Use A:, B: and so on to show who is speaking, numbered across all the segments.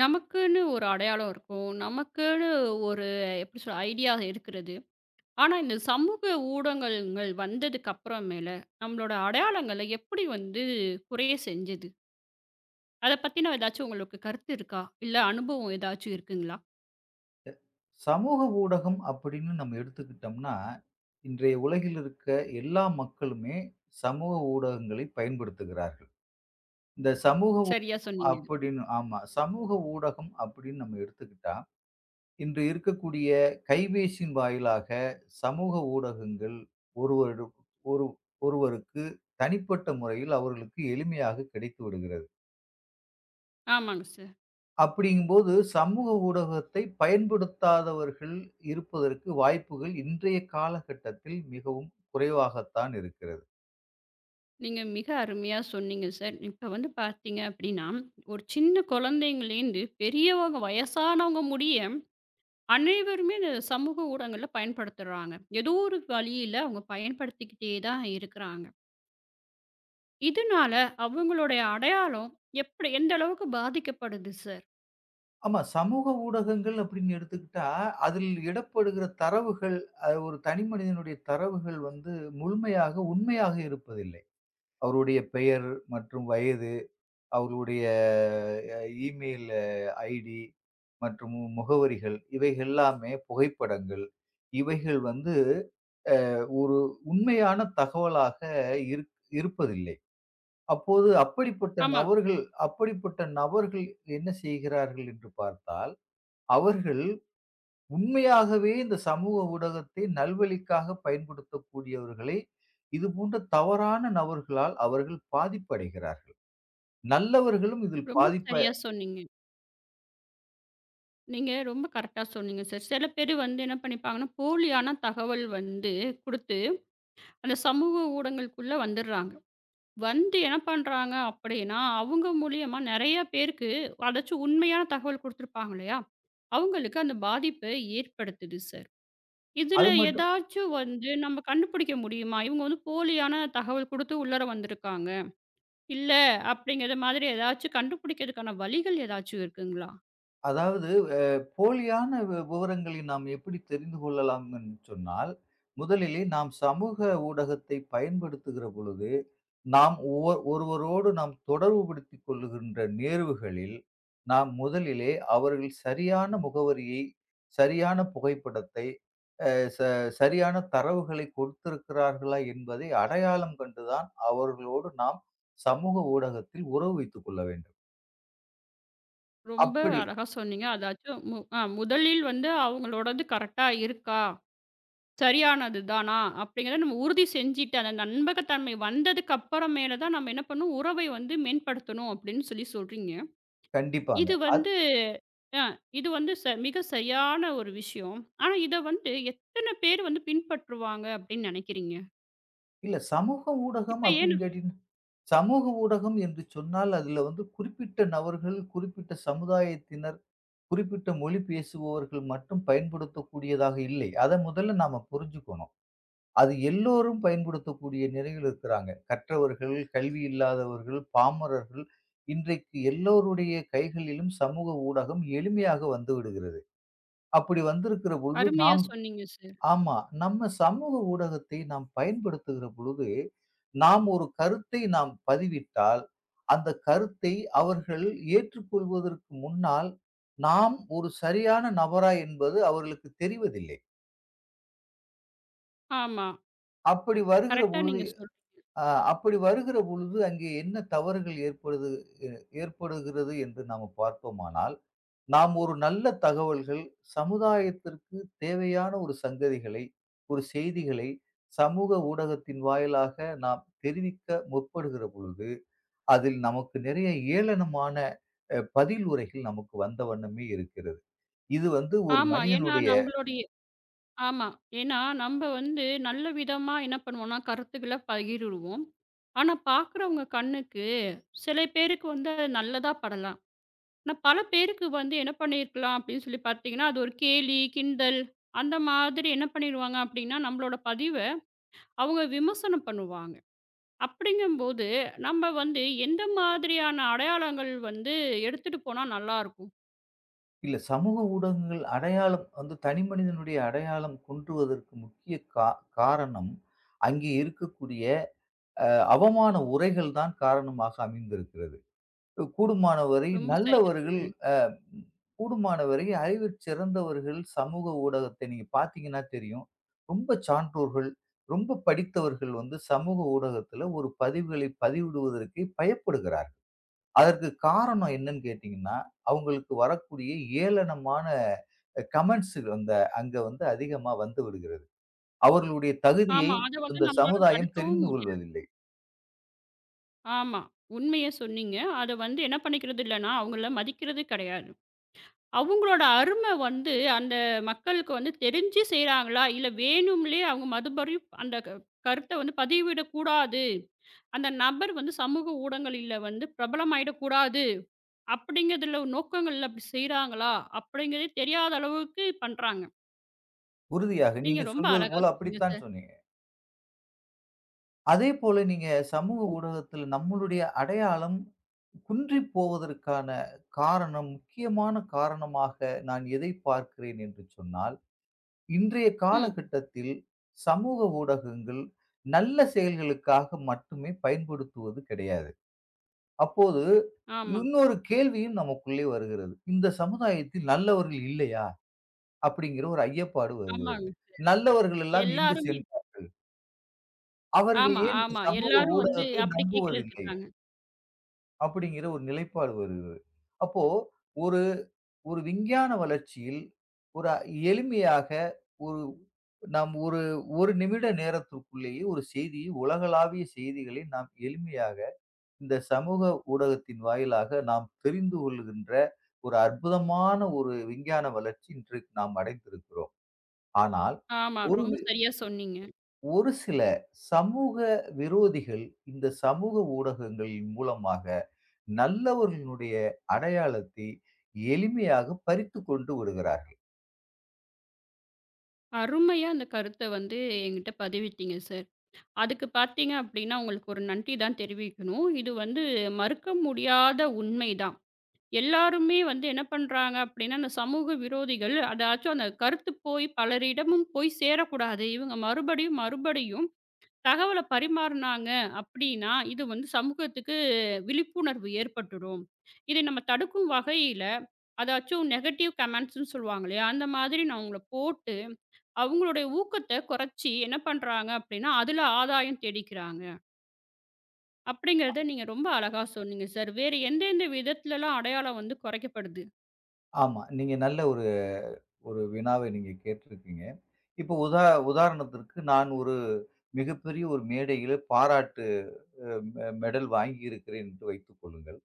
A: நமக்குன்னு ஒரு அடையாளம் இருக்கும். நமக்குன்னு ஒரு எப்படி சொல்ல ஐடியா இருக்கிறது. ஆனா, இந்த சமூக ஊடகங்கள் வந்ததுக்கு அப்புறமேல, நம்மளோட அடையாளங்கள எப்படி வந்து குறைய செஞ்சது? அத பத்தின ஏதாச்சும் உங்களுக்கு கருத்து இருக்கா? இல்ல அனுபவம் ஏதாச்சும் இருக்குங்களா?
B: சமூக ஊடகம் அப்படின்னு நம்ம எடுத்துக்கிட்டோம்னா, இன்றைய உலகில் இருக்க எல்லா மக்களுமே சமூக ஊடகங்களை பயன்படுத்துகிறார்கள். இந்த சமூக ஊடகம்
A: சரியா சொன்னீங்க.
B: அப்படின்னு ஆமா. சமூக ஊடகம் அப்படின்னு நம்ம எடுத்துக்கிட்டா, இன்று இருக்கக்கூடிய கைபேசியின் வாயிலாக சமூக ஊடகங்கள் ஒருவரு ஒரு ஒருவருக்கு தனிப்பட்ட முறையில் அவர்களுக்கு எளிமையாக கிடைத்து விடுகிறது.
A: ஆமாங்க சார்.
B: அப்படிங்கும்போது, சமூக ஊடகத்தை பயன்படுத்தாதவர்கள் இருப்பதற்கு வாய்ப்புகள் இன்றைய காலகட்டத்தில் மிகவும் குறைவாகத்தான் இருக்கிறது.
A: நீங்க மிக அருமையா சொன்னீங்க சார். இப்ப வந்து பார்த்தீங்க அப்படின்னா, ஒரு சின்ன குழந்தைங்கலேருந்து பெரியவங்க வயசானவங்க முடிய அனைவருமே இந்த சமூக ஊடகங்கள்ல பயன்படுத்துறாங்க. ஏதோ ஒரு வழியில அவங்க பயன்படுத்திக்கிட்டே தான் இருக்கிறாங்க. இதனால அவங்களுடைய அடையாளம் எப்படி எந்த அளவுக்கு பாதிக்கப்படுது சார்?
B: ஆமா, சமூக ஊடகங்கள் அப்படின்னு எடுத்துக்கிட்டா, அதில் இடப்படுகிற தரவுகள் அது ஒரு தனி மனிதனுடைய தரவுகள் வந்து முழுமையாக, உண்மையாக இருப்பதில்லை. அவருடைய பெயர் மற்றும் வயது அவர்களுடைய அ இமெயில் ஐடி மற்றும் முகவரிகள், இவைகள் எல்லாமே புகைப்படங்கள். இவைகள் வந்து அ ஒரு உண்மையான தகவலாக இருக் இருப்பதில்லை. அப்போது
A: ஆமா.
B: அப்படிப்பட்ட நபர்கள் என்ன செய்கிறார்கள் என்று பார்த்தால், அவர்கள் உண்மையாகவே இந்த சமூக ஊடகத்தை நல்வழிக்காக பயன்படுத்தக்கூடியவர்களை, இதுபோன்ற தவறான நபர்களால் அவர்கள் பாதிப்படைகிறார்கள். நல்லவர்களும் இதில்
A: ரொம்ப
B: பாதிப்பு.
A: சரியா சொன்னீங்க. நீங்க ரொம்ப கரெக்ட்டா சொன்னீங்க சார். சில பேரு வந்து என்ன பண்ணிப்பாங்கன்னா, போலியான தகவல் வந்து குடுத்து, அந்த சமூக ஊடகங்களுக்குள்ள வந்துடுறாங்க. வந்து என்ன பண்றாங்க அப்படின்னா, அவங்க மூலியமா நெறைய பேருக்கு அதாச்சும் உண்மையான தகவல் குடுத்துருப்பாங்க இல்லையா? அவங்களுக்கு அந்த பாதிப்ப ஏற்படுத்துது சார். இதுல
B: அது மட்டும்
A: ஏதாச்சும் வந்து நம்ம கண்டுபிடிக்க முடியுமா? இவங்க வந்து போலியான தகவல் குடுத்து உள்ளார வந்திருக்காங்க. இல்ல அப்படிங்கிற மாதிரி ஏதாச்சும் கண்டுபிடிக்கிறதுக்கான வழிகள் ஏதாச்சும் இருக்குங்களா?
B: அதாவது அ போலியான விவரங்களை நாம் எப்படி தெரிந்து கொள்ளலாம் என்று சொன்னால், முதலிலே நாம் சமூக ஊடகத்தை பயன்படுத்துகிற பொழுது, நாம் ஒருவரோடு நாம் தொடர்புபடுத்திக் கொள்ளுகின்ற நேர்வுகளில், நாம் முதலிலே அவர்கள் சரியான முகவரியை, சரியான புகைப்படத்தை, அ ச சரியான தரவுகளை கொடுத்திருக்கிறார்களா என்பதை அடையாளம் கண்டுதான் அவர்களோடு நாம் சமூக ஊடகத்தில் உறவு வைத்துக் கொள்ள வேண்டும்.
A: ரொம்ப
B: அப்படி
A: அழகா சொன்னீங்க. அதாச்சும் மு அ முதலில் வந்து அவங்களோடது கரெக்ட்டா இருக்கா? சரியானது தானா? அப்படிங்கிறத நம்ம உறுதி செஞ்சுட்டு, அந்த நம்பகத்தன்மை வந்ததுக்கு அப்புறமேல தான் நம்ம என்ன பண்ணணும், உறவை வந்து மேம்படுத்தணும் அப்படின்னு சொல்லி சொல்றீங்க.
B: கண்டிப்பாங்க.
A: இது வந்து அ இது வந்து மிக சரியான ஒரு விஷயம். ஆனா, இத வந்து எத்தன பேர் வந்து பின்பற்றுவாங்க அப்படின்னு நெனைக்கிறீங்க?
B: இல்ல சமூக ஊடகம்
A: இப்ப
B: அப்படின்னு
A: ஏன்னு
B: கேட்டீங்கன்னா, சமூக ஊடகம் என்று சொன்னால் அதுல வந்து குறிப்பிட்ட நபர்கள், குறிப்பிட்ட சமுதாயத்தினர், குறிப்பிட்ட மொழி பேசுபவர்கள் மட்டும் பயன்படுத்தக்கூடியதாக இல்லை. அத முதல்ல நாம புரிஞ்சுக்கணும். அது எல்லோரும் பயன்படுத்தக்கூடிய நிலையில் இருக்கிறாங்க. கற்றவர்கள், கல்வி இல்லாதவர்கள், பாமரர்கள் இன்றைக்கு எல்லோருடைய கைகளிலும் சமூக ஊடகம் எளிமையாக வந்து விடுகிறது. அப்படி வந்திருக்கிற பொழுது
A: அருமையா
B: நாம்.
A: சொன்னீங்க சார்.
B: ஆமா. நம்ம சமூக ஊடகத்தை நாம் பயன்படுத்துகிற பொழுது, நாம் ஒரு கருத்தை நாம் பதிவிட்டால், அந்த கருத்தை அவர்கள் ஏற்றுக்கொள்வதற்கு முன்னால், நாம் ஒரு சரியான நபரா என்பது அவர்களுக்கு தெரிவதில்லை.
A: ஆமா.
B: அப்படி வருகிற
A: கரெக்ட்டா
B: பொழுது
A: நீங்க சொல்
B: அ அப்படி வருகிற பொழுது அங்கே என்ன தவறுகள் ஏற்படுது எ ஏற்படுகிறது என்று நாம பார்ப்போமானால், நாம் ஒரு நல்ல தகவல்கள் சமுதாயத்திற்கு தேவையான ஒரு சங்கதிகளை, ஒரு செய்திகளை சமூக ஊடகத்தின் வாயிலாக நாம் தெரிவிக்க முற்படுகிற பொழுது, அதில் நமக்கு நிறைய ஏளனமான பதில் உரைகள் நமக்கு வந்த வண்ணமே இருக்கிறது. இது வந்து ஒரு
A: ஆமா. ஏன்னா
B: மனிதனுடைய.
A: நம்மளுடைய ஆமா. ஏன்னா நம்ப வந்து நல்ல விதமா என்ன பண்ணுவோம்னா, கருத்துக்கள பகிருவோம். ஆனா, பார்க்குறவங்க கண்ணுக்கு சில பேருக்கு வந்து அது நல்லதா படலாம். ஆனா, பல பேருக்கு வந்து என்ன பண்ணியிருக்கலாம் அப்படின்னு சொல்லி பார்த்தீங்கன்னா, அது ஒரு கேலி, கிண்டல் அந்த மாதிரி என்ன பண்ணிருவாங்க அப்படின்னா, நம்மளோட பதிவு அவங்க விமர்சனம் பண்ணுவாங்க. அப்படிங்கும்போது, நம்ம வந்து எந்த மாதிரியான அடையாளங்கள் வந்து எடுத்துட்டு போனா நல்லாருக்கும்?
B: இல்ல சமூக ஊடகங்கள் அடையாளம் வந்து தனி மனிதனுடைய அடையாளம் குன்றுவதற்கு முக்கிய காரணம், அங்கே இருக்கக்கூடிய அ அவமான உரைகள் தான் காரணமாக அமைந்திருக்கிறது. கூடுமானவரை
A: ரொம்ப சரியா
B: நல்லவர்கள்.
A: சொன்னீங்க.
B: அ கூடுமானவரை அறிவில் சிறந்தவர்கள் சமூக ஊடகத்தை நீங்க பார்த்தீங்கன்னா தெரியும். ரொம்ப சான்றோர்கள், ரொம்ப படித்தவர்கள் வந்து சமூக ஊடகத்தில ஒரு பதிவுகளை பதிவிடுவதற்கு பயப்படுகிறார்கள். அதற்கு காரணம் என்னன்னு கேட்டீங்கன்னா, அவங்களுக்கு வரக்கூடிய ஏளனமான கமெண்ட்ஸுகள் அந்த அங்க வந்து அதிகமா வந்து விடுகிறது. அவர்களுடைய தகுதியை
A: ஆமா. அத வந்து
B: இந்த
A: நம்மளால
B: சமுதாயம்
A: தடுக்கவும்
B: தெரிந்து
A: முடியாது.
B: கொள்வதில்லை.
A: ஆமா. உண்மைய சொன்னீங்க. அத வந்து என்ன பண்ணிக்கிறது இல்லன்னா, அவங்கள மதிக்கிறது கெடையாது. அவங்களோட அரும வந்து அந்த மக்களுக்கு வந்து தெரிஞ்சு செய்றாங்களா? இல்ல வேணும்லே அவங்க மறுபடியும் அந்த கருத்த வந்து பதிவிடக்கூடாது. அந்த நபர் வந்து சமூக ஊடகங்கள்ல வந்து பிரபலமாயிடக்கூடாது. அப்படிங்கிறதுல நோக்கங்கள்ல அப்படி செய்றாங்களா? அப்படிங்கிறதே தெரியாத அளவுக்கு பண்றாங்க.
B: உறுதியாக
A: நீங்க
B: நீங்க
A: ரொம்ப
B: சொல்வது
A: அழகா
B: போல
A: சொன்னீங்க
B: அப்படித்தான்
A: சார்.
B: சொன்னீங்க. அதே போல நீங்க சமூக ஊடகத்துல நம்மளுடைய அடையாளம் குன்றிப் போவதற்கான காரணம், முக்கியமான காரணமாக நான் எதை பார்க்கிறேன் என்று சொன்னால், இன்றைய
A: ம்.
B: காலகட்டத்தில் சமூக ஊடகங்கள் நல்ல செயல்களுக்காக மட்டுமே பயன்படுத்துவது கிடையாது. அப்போது
A: ஆமா,
B: இன்னொரு கேள்வியும் நமக்குள்ளே வருகிறது. இந்த சமுதாயத்தில் நல்லவர்கள் இல்லையா? அப்படிங்கிற ஒரு ஐயப்பாடு வருகிறது.
A: ஆமாங்க.
B: நல்லவர்கள் எல்லாம் எங்கு
A: எல்லாருமே
B: சென்றார்கள்? அவர்கள்
A: ஆமா,
B: ஏன் இந்த
A: ஆமா.
B: சமூக
A: எல்லாரும் வந்து
B: ஊடகத்தை
A: அப்படி கேட்கறதுக்கு
B: நம்புவதில்லை?
A: இருக்காங்க.
B: அப்படிங்கிற ஒரு நிலைப்பாடு வருகிறது. அப்போ ஒரு ஒரு விஞ்ஞான வளர்ச்சியில் ஒரு எளிமையாக ஒரு நாம் ஒரு 1 நிமிட நேரத்திற்குள்ளேயே ஒரு செய்தியை உலகளாவிய செய்திகளை நாம் எளிமையாக இந்த சமூக ஊடகத்தின் வாயிலாக நாம் தெரிந்து கொள்கின்ற ஒரு அற்புதமான ஒரு விஞ்ஞான வளர்ச்சி இன்றைக்கு நாம் அடைந்திருக்கிறோம். ஆனால்
A: ஆமா,
B: ஒரு
A: ரொம்ப
B: வி
A: சரியா சொன்னீங்க.
B: ஒரு சில சமூக விரோதிகள் இந்த சமூக ஊடகங்களின் மூலமாக நல்லவர்களுடைய அடையாளத்தை எளிமையாக பறித்து கொண்டு விடுகிறார்கள்.
A: அருமையா அந்த கருத்த வந்து என்கிட்ட பதிவிட்டீங்க சார். அதுக்கு பார்த்தீங்க அப்படின்னா, உங்களுக்கு ஒரு நன்றி தான் தெரிவிக்கணும். இது வந்து மறுக்க முடியாத உண்மைதான். எல்லாருமே வந்து என்ன பண்றாங்க அப்படின்னா, அந்த சமூக விரோதிகள் அதாச்சும் அந்த கருத்து போய் பலரிடமும் போய் சேரக்கூடாது. இவங்க மறுபடியும், மறுபடியும் தகவல பரிமாறுனாங்க அப்படின்னா, இது வந்து சமூகத்துக்கு விழிப்புணர்வு ஏற்பட்டுடும். இதை நம்ம தடுக்கும் வகையில, அதாச்சும் நெகட்டிவ் கமெண்ட்ஸ்ன்னு சொல்லுவாங்க இல்லையா? அந்த மாதிரி நான் அவங்கள போட்டு, அவங்களுடைய ஊக்கத்த குறைச்சி என்ன பண்றாங்க அப்படின்னா, அதுல ஆதாயம் தேடிக்கிறாங்க. அப்படிங்கிறத நீங்க ரொம்ப அழகா சொன்னீங்க சார். வேறு எந்தெந்த விதத்துலலாம் அடையாளம் வந்து குறைக்கப்படுது?
B: ஆமா. நீங்க நல்ல ஒரு ஒரு வினாவை நீங்க கேட்டிருக்கீங்க. இப்போ உதாரணத்திற்கு நான் ஒரு மிகப்பெரிய ஒரு மேடையில பாராட்டு அ மெ மெடல் வாங்கியிருக்கிறேன் என்று வைத்துக் கொள்ளுங்கள்.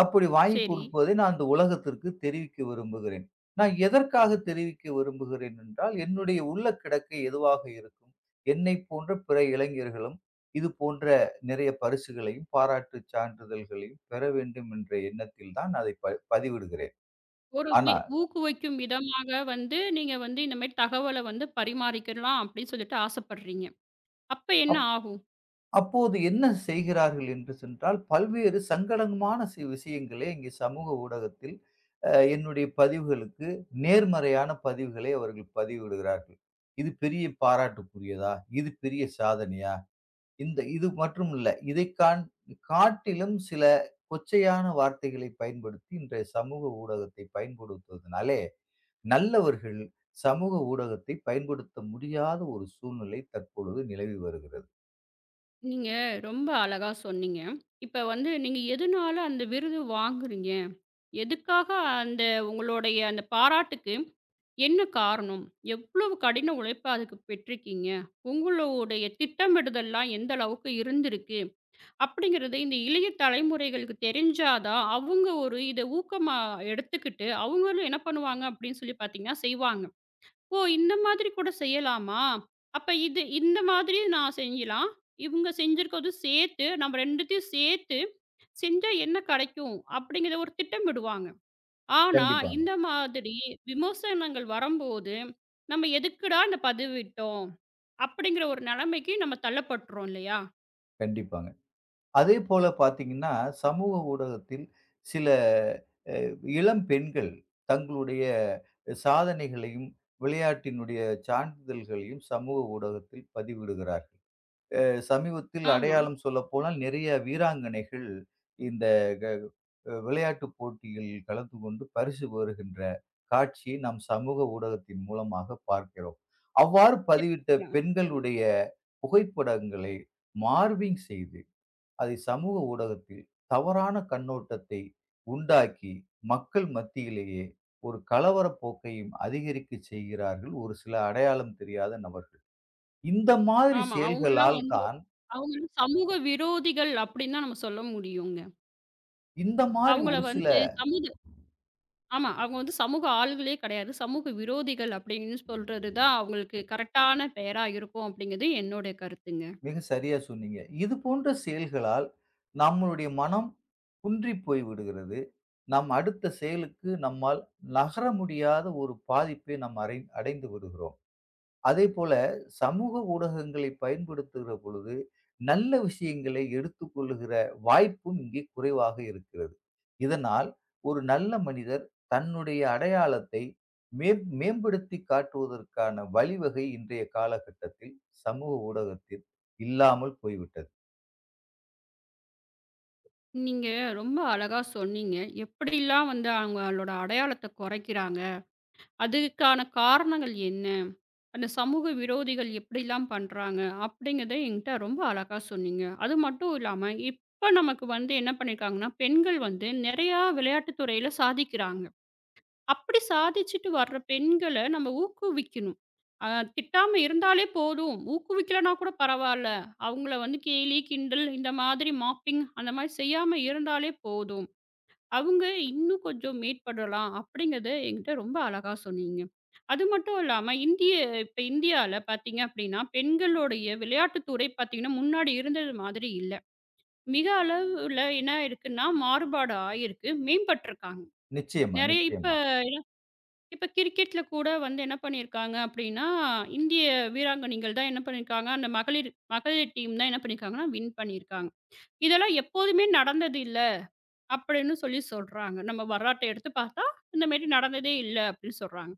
B: அப்படி வாங்கி
A: சரி.
B: கொடுப்பதை நான் அந்த உலகத்திற்கு தெரிவிக்க விரும்புகிறேன். நான் எதற்காக தெரிவிக்க விரும்புகிறேன் என்றால், என்னுடைய உள்ள கிடக்கை எதுவாக இருக்கும், என்னைப் போன்ற பிற இளைஞர்களும் இது போன்ற நிறைய பரிசுகளையும், பாராட்டுச் சான்றிதழ்களையும் பெற வேண்டும் என்ற எண்ணத்தில் தான் அதை பதிவிடுகிறேன்.
A: ஒரு
B: ஆனால்
A: ஊக்குவிக்கும் விதமாக வந்து, நீங்க வந்து இந்த மாரி தகவல வந்து பரிமாறிக்கலாம் அப்படின்னு சொல்லிட்டு ஆசைப்படுறீங்க. அப்ப என்ன ஆகும்?
B: அப்போது என்ன செய்கிறார்கள் என்று சென்றால், பல்வேறு சங்கடமான விஷயங்களை இங்கே சமூக ஊடகத்தில் என்னுடைய பதிவுகளுக்கு நேர்மறையான பதிவுகளை அவர்கள் பதிவிடுகிறார்கள். இது பெரிய பாராட்டுக்குரியதா? இது பெரிய சாதனையா? இந்த இது மற்றும் இல்ல. இதைக் காட்டிலும் சில கொச்சையான வார்த்தைகளை பயன்படுத்தி இன்றைய சமூக ஊடகத்தை பயன்படுத்துவதனாலே, நல்லவர்கள் சமூக ஊடகத்தை பயன்படுத்த முடியாத ஒரு சூழ்நிலை தற்பொழுது நிலவி வருகிறது.
A: நீங்க ரொம்ப அழகா சொன்னீங்க. இப்ப வந்து நீங்க எதுனால அந்த விருது வாங்குறீங்க? எதுக்காக அந்த உங்களுடைய அந்த பாராட்டுக்கு என்ன காரணம்? எவ்வளவு கடின உழைப்பு அதுக்கு பெற்றிருக்கீங்க? உங்களுடைய திட்டமிடுதல்லாம் எந்த அளவுக்கு இருந்திருக்கு? அப்படிங்கிறது இந்த இளைய தலைமுறைகளுக்கு தெரிஞ்சா தான், அவங்க ஒரு இத ஊக்கமா எடுத்துக்கிட்டு, அவங்களும் என்ன பண்ணுவாங்க அப்படின்னு சொல்லி பார்த்தீங்கன்னா, செய்வாங்க. "ஓ! இந்த மாதிரி கூட செய்யலாமா? அப்ப இது இந்த மாதிரி நான் செய்யலாம். இவங்க செஞ்சிருக்கதும் சேர்த்து நம்ம 2த்தையும் சேர்த்து செஞ்சா என்ன கிடைக்கும்?" அப்படிங்கிற ஒரு திட்டமிடுவாங்க. ஆனா,
B: கண்டிப்பா.
A: இந்த மாதிரி விமர்சனங்கள் வரம்போது, "நம்ம எதுக்குடா இந்த பதவிட்டோம்?" அப்படிங்கிற ஒரு நிலைமைக்கு நம்ம தள்ளப்பட்டுறோம் இல்லையா?
B: கண்டிப்பாங்க. அதே போல பார்த்தீங்கன்னா, சமூக ஊடகத்தில் சில அ இளம் பெண்கள் தங்களுடைய சாதனைகளையும், விளையாட்டினுடைய சான்றிதழ்களையும் சமூக ஊடகத்தில் பதிவிடுகிறார்கள். சமீபத்தில்
A: ஆமா.
B: அடையாளம் சொல்லப்போனால் நிறைய வீராங்கனைகள் இந்த க அ விளையாட்டு போட்டியில் கலந்து கொண்டு பரிசு பெறுகின்ற காட்சியை நாம் சமூக ஊடகத்தின் மூலமாக பார்க்கிறோம். அவ்வாறு பதிவிட்ட
A: தெரிஞ்சுக்கலாம்.
B: பெண்களுடைய புகைப்படங்களை மார்பிங் செய்து அதை சமூக ஊடகத்தில் தவறான கண்ணோட்டத்தை உண்டாக்கி மக்கள் மத்தியிலேயே ஒரு கலவரப் போக்கையும் அதிகரிக்க செய்கிறார்கள் ஒரு சில அடையாளம் தெரியாத நபர்கள். இந்த மாதிரி
A: ஆமா. அவங்கலாம்
B: செயல்களால்
A: வந்து
B: தான்.
A: அவங்களும் சமூக விரோதிகள் அப்படின்னு தான் நம்ம சொல்ல முடியுங்க.
B: இந்த மாரி
A: அவங்கள
B: ஒரு ம். சில
A: வந்து சமூக ஆமா. அவங்க வந்து சமூக ஆள்களே கிடையாது. சமூக விரோதிகள் அப்படின்னு சொல்றது தான் அவங்களுக்கு கரெக்டான பெயரா இருக்கும் அப்படிங்கிறது என்னோட கருத்துங்க.
B: மிக சரியா சொன்னீங்க. இது போன்ற செயல்களால் நம்மளுடைய மனம் குன்றிப் போய் விடுகிறது. நம் அடுத்த செயலுக்கு நம்மால் நகர முடியாத ஒரு பாதிப்பை நாம் அரை அடைந்து விடுகிறோம். அதே போல சமூக ஊடகங்களை பயன்படுத்துகிற பொழுது, நல்ல விஷயங்களை எடுத்துக்கொள்ளுகிற வாய்ப்பும் இங்கே குறைவாக இருக்கிறது. இதனால் ஒரு நல்ல மனிதர் தன்னுடைய அடையாளத்தை மேம்படுத்திக் காட்டுவதற்கான வழிவகை இன்றைய காலகட்டத்தில் சமூக ஊடகத்தில் இல்லாமல் போய்விட்டது.
A: நீங்க ரொம்ப அழகா சொன்னீங்க. எப்படிலாம் வந்து அவங்களோட அடையாளத்த குறைக்கிறாங்க? அதுக்கான காரணங்கள் என்ன? அந்த சமூக விரோதிகள் எப்படிலாம் பண்றாங்க? அப்படிங்கிறத என்கிட்ட ரொம்ப அழகா சொன்னீங்க. அது மட்டும் இல்லாம, இப்ப நமக்கு வந்து என்ன பண்ணியிருக்காங்கன்னா, பெண்கள் வந்து நெறையா விளையாட்டு துறையில சாதிக்கிறாங்க. அப்படி சாதிச்சுட்டு வர்ற பெண்கள நம்ம ஊக்குவிக்கணும். அ திட்டாம இருந்தாலே போதும். ஊக்குவிக்கலனா கூட பரவால்ல. அவங்கள வந்து கேலி, கிண்டல் இந்த மாதிரி மாப்பிங் அந்த மாரி செய்யாம இருந்தாலே போதும். அவங்க இன்னும் கொஞ்சம் மேற்படலாம் அப்படிங்கிறத என்கிட்ட ரொம்ப அழகா சொன்னீங்க. அது மட்டும் இல்லாம இந்திய இப்ப இந்தியால பார்த்தீங்க அப்படின்னா, பெண்களுடைய விளையாட்டுத் துறை பார்த்தீங்கன்னா, முன்னாடி இருந்தது மாதிரி இல்ல. மிக அளவுல என்ன ஆயிருக்குன்னா, மாறுபாடு ஆயிருக்கு. மேம்பட்டுருக்காங்க.
B: நிச்சயமா,
A: நெறைய இப்ப
B: நிச்சயமா.
A: இப்ப கிரிக்கெட்ல கூட வந்து என்ன பண்ணியிருக்காங்க அப்படின்னா, இந்திய வீராங்கனைகள் தான் என்ன பண்ணியிருக்காங்க, அந்த மகளிர் மகளிர் டீம் தான் என்ன பண்ணியிருக்காங்கன்னா, வின் பண்ணியிருக்காங்க. இதெல்லாம் எப்போதுமே நடந்தது இல்ல. அப்படின்னு சொல்லி சொல்றாங்க. நம்ம வரலாற்ற எடுத்து பார்த்தா, இந்த மாரி நடந்ததே இல்ல அப்படின்னு சொல்றாங்க.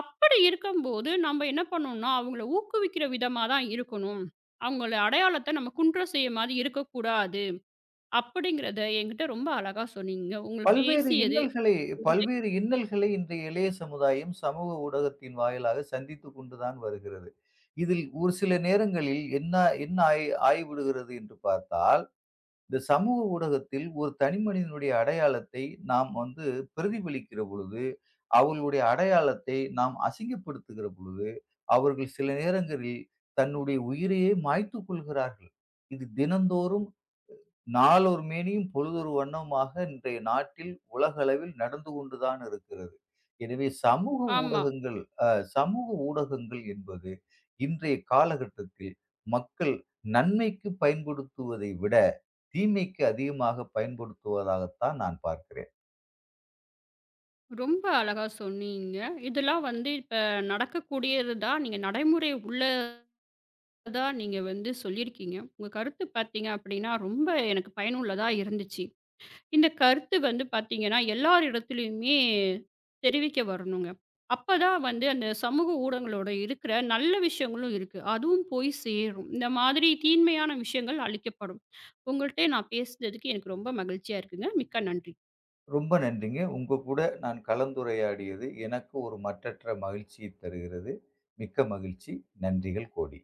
A: அப்படி இருக்கும்போது நம்ம என்ன பண்ணணும்னா, அவங்கள ஊக்குவிக்கிற விதமா தான் இருக்கணும். அவங்கள அடையாளத்த நம்ம குன்றம் செய்ய மாரி இருக்கக்கூடாது. அப்படிங்கிறத என்கிட்ட ரொம்ப அழகா சொன்னீங்க. உங்கள
B: பல்வேறு
A: பேசியது
B: இன்னல்களை
A: உங்கள்ட்ட
B: பல்வேறு இன்னல்களை இன்றைய இளைய சமுதாயம் சமூக ஊடகத்தின் வாயிலாக சந்தித்துக் கொண்டுதான் வருகிறது. இதில் ஒரு சில நேரங்களில் என்ன என்ன ஆயி ஆகிவிடுகிறது என்று பார்த்தால், இந்த சமூக ஊடகத்தில் ஒரு தனி மனிதனுடைய அடையாளத்தை நாம் வந்து பிரதிபலிக்கிற பொழுது, அவர்களுடைய அடையாளத்தை நாம் அசிங்கப்படுத்துகிற பொழுது, அவர்கள் சில நேரங்களில் தன்னுடைய உயிரையே மாய்த்துக் கொள்கிறார்கள். இது தினந்தோறும் நாளொரு மேனியும் பொழுதொரு வண்ணமுமாக இன்றைய நாட்டில் உலகளவில் நடந்து கொண்டுதான் இருக்கிறது. எனவே
A: ஆமா.
B: அ சமூக ஊடகங்கள் என்பது இன்றைய காலகட்டத்தில் மக்கள் நன்மைக்கு பயன்படுத்துவதை விட, தீமைக்கு அதிகமாக பயன்படுத்துவதாகத்தான் நான் பார்க்கிறேன்.
A: ரொம்ப அழகா சொன்னீங்க. இதெல்லாம் வந்து இப்ப நடக்கக்கூடியது தான். நீங்க நடைமுறை உள்ளதா நீங்க வந்து சொல்லியிருக்கீங்க. உங்க கருத்து பார்த்தீங்க அப்படின்னா, ரொம்ப எனக்கு பயனுள்ளதா இருந்துச்சு. இந்த கருத்து வந்து பார்த்தீங்கன்னா, எல்லார் இடத்துலயுமே தெரிவிக்க வரணுங்க. அப்பதான் வந்து அந்த சமூக ஊடகங்களோட இருக்கிற நல்ல விஷயங்களும் இருக்கு. அதுவும் போய் சேரும். இந்த மாதிரி தீன்மையான விஷயங்கள் அழிக்கப்படும். உங்கள்ட்ட நான் பேசுனதுக்கு எனக்கு ரொம்ப மகிழ்ச்சியா இருக்குங்க. மிக்க நன்றி.
B: ரொம்ப நன்றிங்க. உங்க கூட நான் கலந்துரையாடியது எனக்கு ஒரு மற்றற்ற மகிழ்ச்சியை தருகிறது. மிக்க மகிழ்ச்சி. நன்றிகள் கோடி.